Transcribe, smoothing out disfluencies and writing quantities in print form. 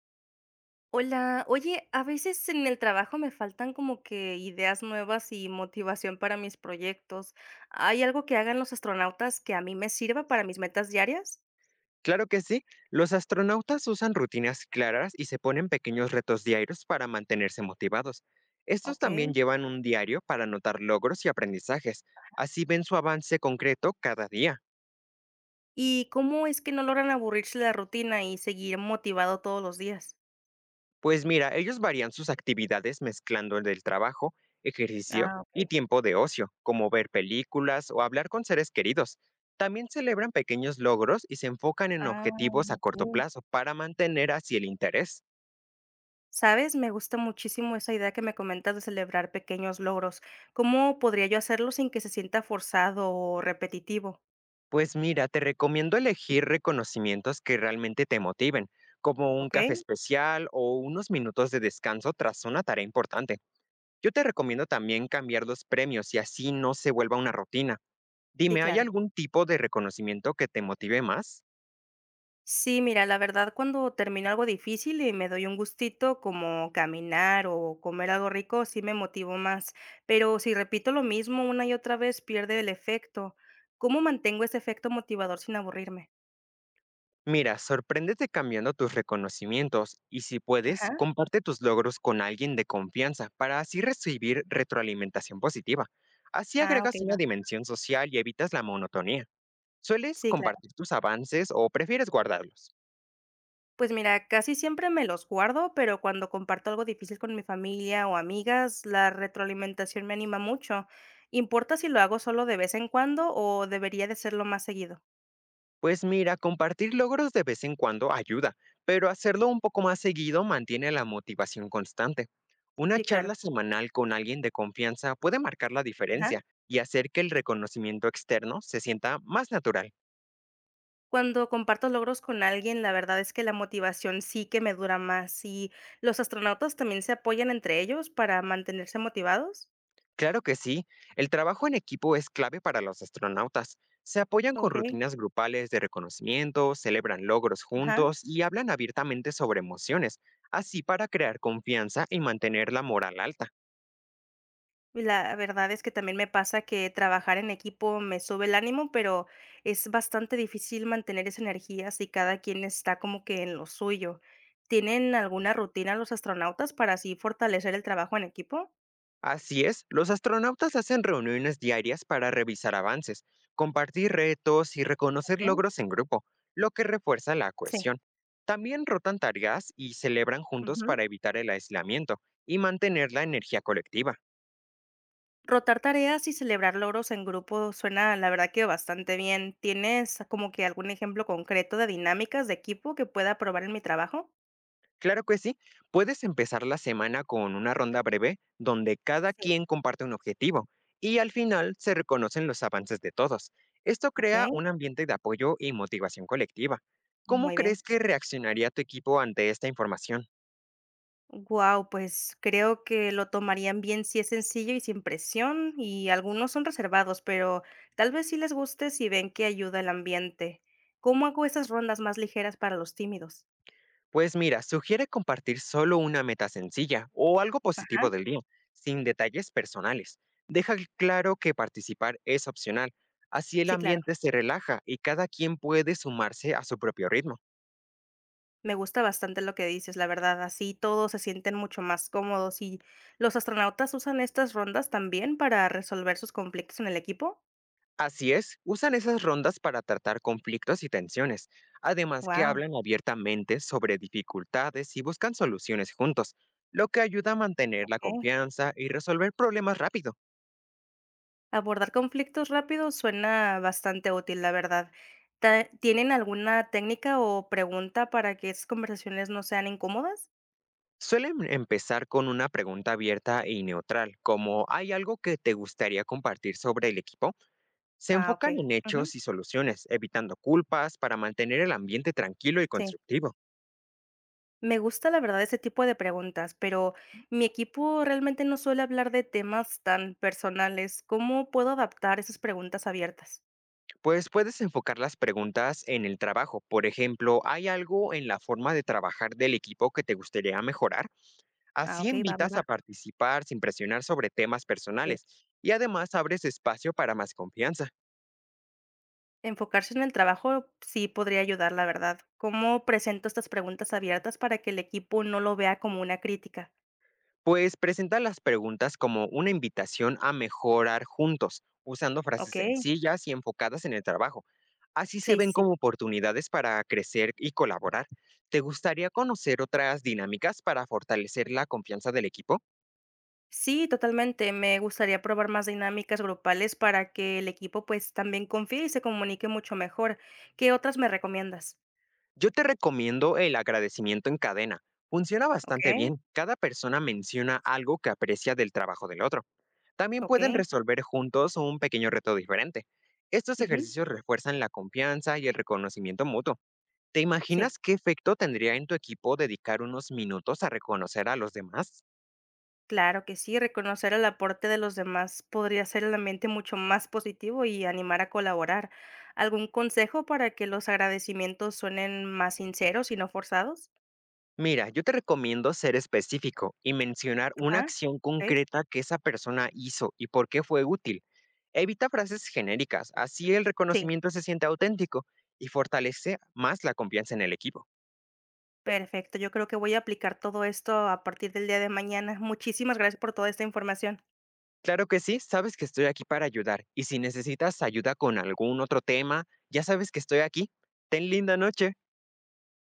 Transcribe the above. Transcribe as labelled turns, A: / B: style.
A: Hola, oye, a veces en el trabajo me faltan como que ideas nuevas y motivación para mis proyectos. ¿Hay algo que hagan los astronautas que a mí me sirva para mis metas diarias?
B: Claro que sí, los astronautas usan rutinas claras y se ponen pequeños retos diarios para mantenerse motivados. Estos
A: Ok.
B: también llevan un diario para anotar logros y aprendizajes, así ven su avance concreto cada día.
A: ¿Y cómo es que no logran aburrirse de la rutina y seguir motivado todos los días?
B: Pues mira, ellos varían sus actividades mezclando el del trabajo, ejercicio
A: Ah,
B: y
A: ok.
B: tiempo de ocio, como ver películas o hablar con seres queridos. También celebran pequeños logros y se enfocan en
A: Ah,
B: objetivos a corto
A: ok.
B: plazo para mantener así el interés.
A: ¿Sabes? Me gusta muchísimo esa idea que me comentas de celebrar pequeños logros. ¿Cómo podría yo hacerlo sin que se sienta forzado o repetitivo?
B: Pues mira, te recomiendo elegir reconocimientos que realmente te motiven, como un
A: ¿Ok?
B: café especial o unos minutos de descanso tras una tarea importante. Yo te recomiendo también cambiar los premios y así no se vuelva una rutina.
A: Sí,
B: Dime, ¿hay
A: claro.
B: algún tipo de reconocimiento que te motive más?
A: Sí, mira, la verdad, cuando termino algo difícil y me doy un gustito, como caminar o comer algo rico, sí me motivo más. Pero si repito lo mismo una y otra vez, pierde el efecto. ¿Cómo mantengo ese efecto motivador sin aburrirme?
B: Mira, sorpréndete cambiando tus reconocimientos y si
A: Ajá.
B: puedes, comparte tus logros con alguien de confianza para así recibir retroalimentación positiva. Así
A: Ah, ok,
B: agregas una
A: va.
B: dimensión social y evitas la monotonía. ¿Sueles
A: Sí, claro.
B: compartir tus avances o prefieres guardarlos?
A: Pues mira, casi siempre me los guardo, pero cuando comparto algo difícil con mi familia o amigas, la retroalimentación me anima mucho. ¿Importa si lo hago solo de vez en cuando o debería de serlo más seguido?
B: Pues mira, compartir logros de vez en cuando ayuda, pero hacerlo un poco más seguido mantiene la motivación constante. Una
A: Sí, claro.
B: charla semanal con alguien de confianza puede marcar la
A: Ajá.
B: diferencia y hacer que el reconocimiento externo se sienta más natural.
A: Cuando comparto logros con alguien, la verdad es que la motivación sí que me dura más. ¿Y los astronautas también se apoyan entre ellos para mantenerse motivados?
B: Claro que sí, el trabajo en equipo es clave para los astronautas. Se apoyan con
A: Ok,
B: rutinas grupales de reconocimiento, celebran logros
A: ajá.
B: juntos y hablan abiertamente sobre emociones, así para crear confianza y mantener la moral alta.
A: Y la verdad es que también me pasa que trabajar en equipo me sube el ánimo, pero es bastante difícil mantener esa energía si cada quien está como que en lo suyo. ¿Tienen alguna rutina los astronautas para así fortalecer el trabajo en equipo?
B: Así es, los astronautas hacen reuniones diarias para revisar avances, compartir retos y reconocer
A: Ok,
B: logros en grupo, lo que refuerza la
A: sí.
B: cohesión. También rotan tareas y celebran juntos para evitar el aislamiento y mantener la energía colectiva.
A: Rotar tareas y celebrar logros en grupo suena, la verdad que bastante bien. ¿Tienes como que algún ejemplo concreto de dinámicas de equipo que pueda probar en mi trabajo?
B: Claro que sí, puedes empezar la semana con una ronda breve donde cada
A: Sí.
B: quien comparte un objetivo y al final se reconocen los avances de todos. Esto
A: Ok,
B: crea un ambiente de apoyo y motivación colectiva. ¿Cómo
A: muy bien.
B: crees que reaccionaría tu equipo ante esta información?
A: Wow, pues creo que lo tomarían bien si es sencillo y sin presión, y algunos son reservados, pero tal vez sí les guste si ven que ayuda el ambiente. ¿Cómo hago esas rondas más ligeras para los tímidos?
B: Pues mira, sugiere compartir solo una meta sencilla o algo
A: Ajá,
B: positivo del día, sin detalles personales. Deja claro que participar es opcional, así el
A: sí, claro.
B: ambiente se relaja y cada quien puede sumarse a su propio ritmo.
A: Me gusta bastante lo que dices, la verdad, así todos se sienten mucho más cómodos. ¿Y los astronautas usan estas rondas también para resolver sus conflictos en el equipo?
B: Así es, usan esas rondas para tratar conflictos y tensiones, además que
A: Wow,
B: hablan abiertamente sobre dificultades y buscan soluciones juntos, lo que ayuda a mantener la
A: ok.
B: confianza y resolver problemas rápido.
A: Abordar conflictos rápidos suena bastante útil, la verdad. ¿Tienen alguna técnica o pregunta para que esas conversaciones no sean incómodas?
B: Suelen empezar con una pregunta abierta y neutral, como ¿hay algo que te gustaría compartir sobre el equipo? Se
A: Ah, ok.
B: enfocan en
A: Ujú,
B: hechos y soluciones, evitando culpas para mantener el ambiente tranquilo y
A: sí.
B: constructivo.
A: Me gusta, la verdad, ese tipo de preguntas, pero mi equipo realmente no suele hablar de temas tan personales. ¿Cómo puedo adaptar esas preguntas abiertas?
B: Pues puedes enfocar las preguntas en el trabajo. Por ejemplo, ¿hay algo en la forma de trabajar del equipo que te gustaría mejorar?
A: Ah,
B: Así
A: okey, va, va,
B: invitas
A: va.
B: a participar sin presionar sobre temas
A: Sí.
B: personales y además abres espacio para más confianza.
A: Enfocarse en el trabajo sí podría ayudar, la verdad. ¿Cómo presento estas preguntas abiertas para que el equipo no lo vea como una crítica?
B: Pues presenta las preguntas como una invitación a mejorar juntos, usando frases
A: Okey.
B: sencillas y enfocadas en el trabajo. Así se
A: Sí, sí,
B: ven
A: sí.
B: como oportunidades para crecer y colaborar. ¿Te gustaría conocer otras dinámicas para fortalecer la confianza del equipo?
A: Sí, totalmente. Me gustaría probar más dinámicas grupales para que el equipo, pues, también confíe y se comunique mucho mejor. ¿Qué otras me recomiendas?
B: Yo te recomiendo el agradecimiento en cadena. Funciona bastante
A: Okey,
B: bien. Cada persona menciona algo que aprecia del trabajo del otro. También pueden
A: okey.
B: resolver juntos un pequeño reto diferente. Estos
A: Ujú.
B: ejercicios refuerzan la confianza y el reconocimiento mutuo. ¿Te
A: Sí.
B: imaginas qué efecto tendría en tu equipo dedicar unos minutos a reconocer a los demás?
A: Claro que sí, reconocer el aporte de los demás podría hacer el ambiente mucho más positivo y animar a colaborar. ¿Algún consejo para que los agradecimientos suenen más sinceros y no forzados?
B: Mira, yo te recomiendo ser específico y mencionar una
A: Ajá.
B: acción
A: Ok.
B: concreta que esa persona hizo y por qué fue útil. Evita frases genéricas, así el
A: Sí,
B: reconocimiento se siente auténtico y fortalece más la confianza en el equipo.
A: perfecto. Yo creo que voy a aplicar todo esto a partir del día de mañana. Muchísimas gracias por toda esta información.
B: Claro que sí, sabes que estoy aquí para ayudar y si necesitas ayuda con algún otro tema, ya sabes que estoy aquí. Ten linda noche.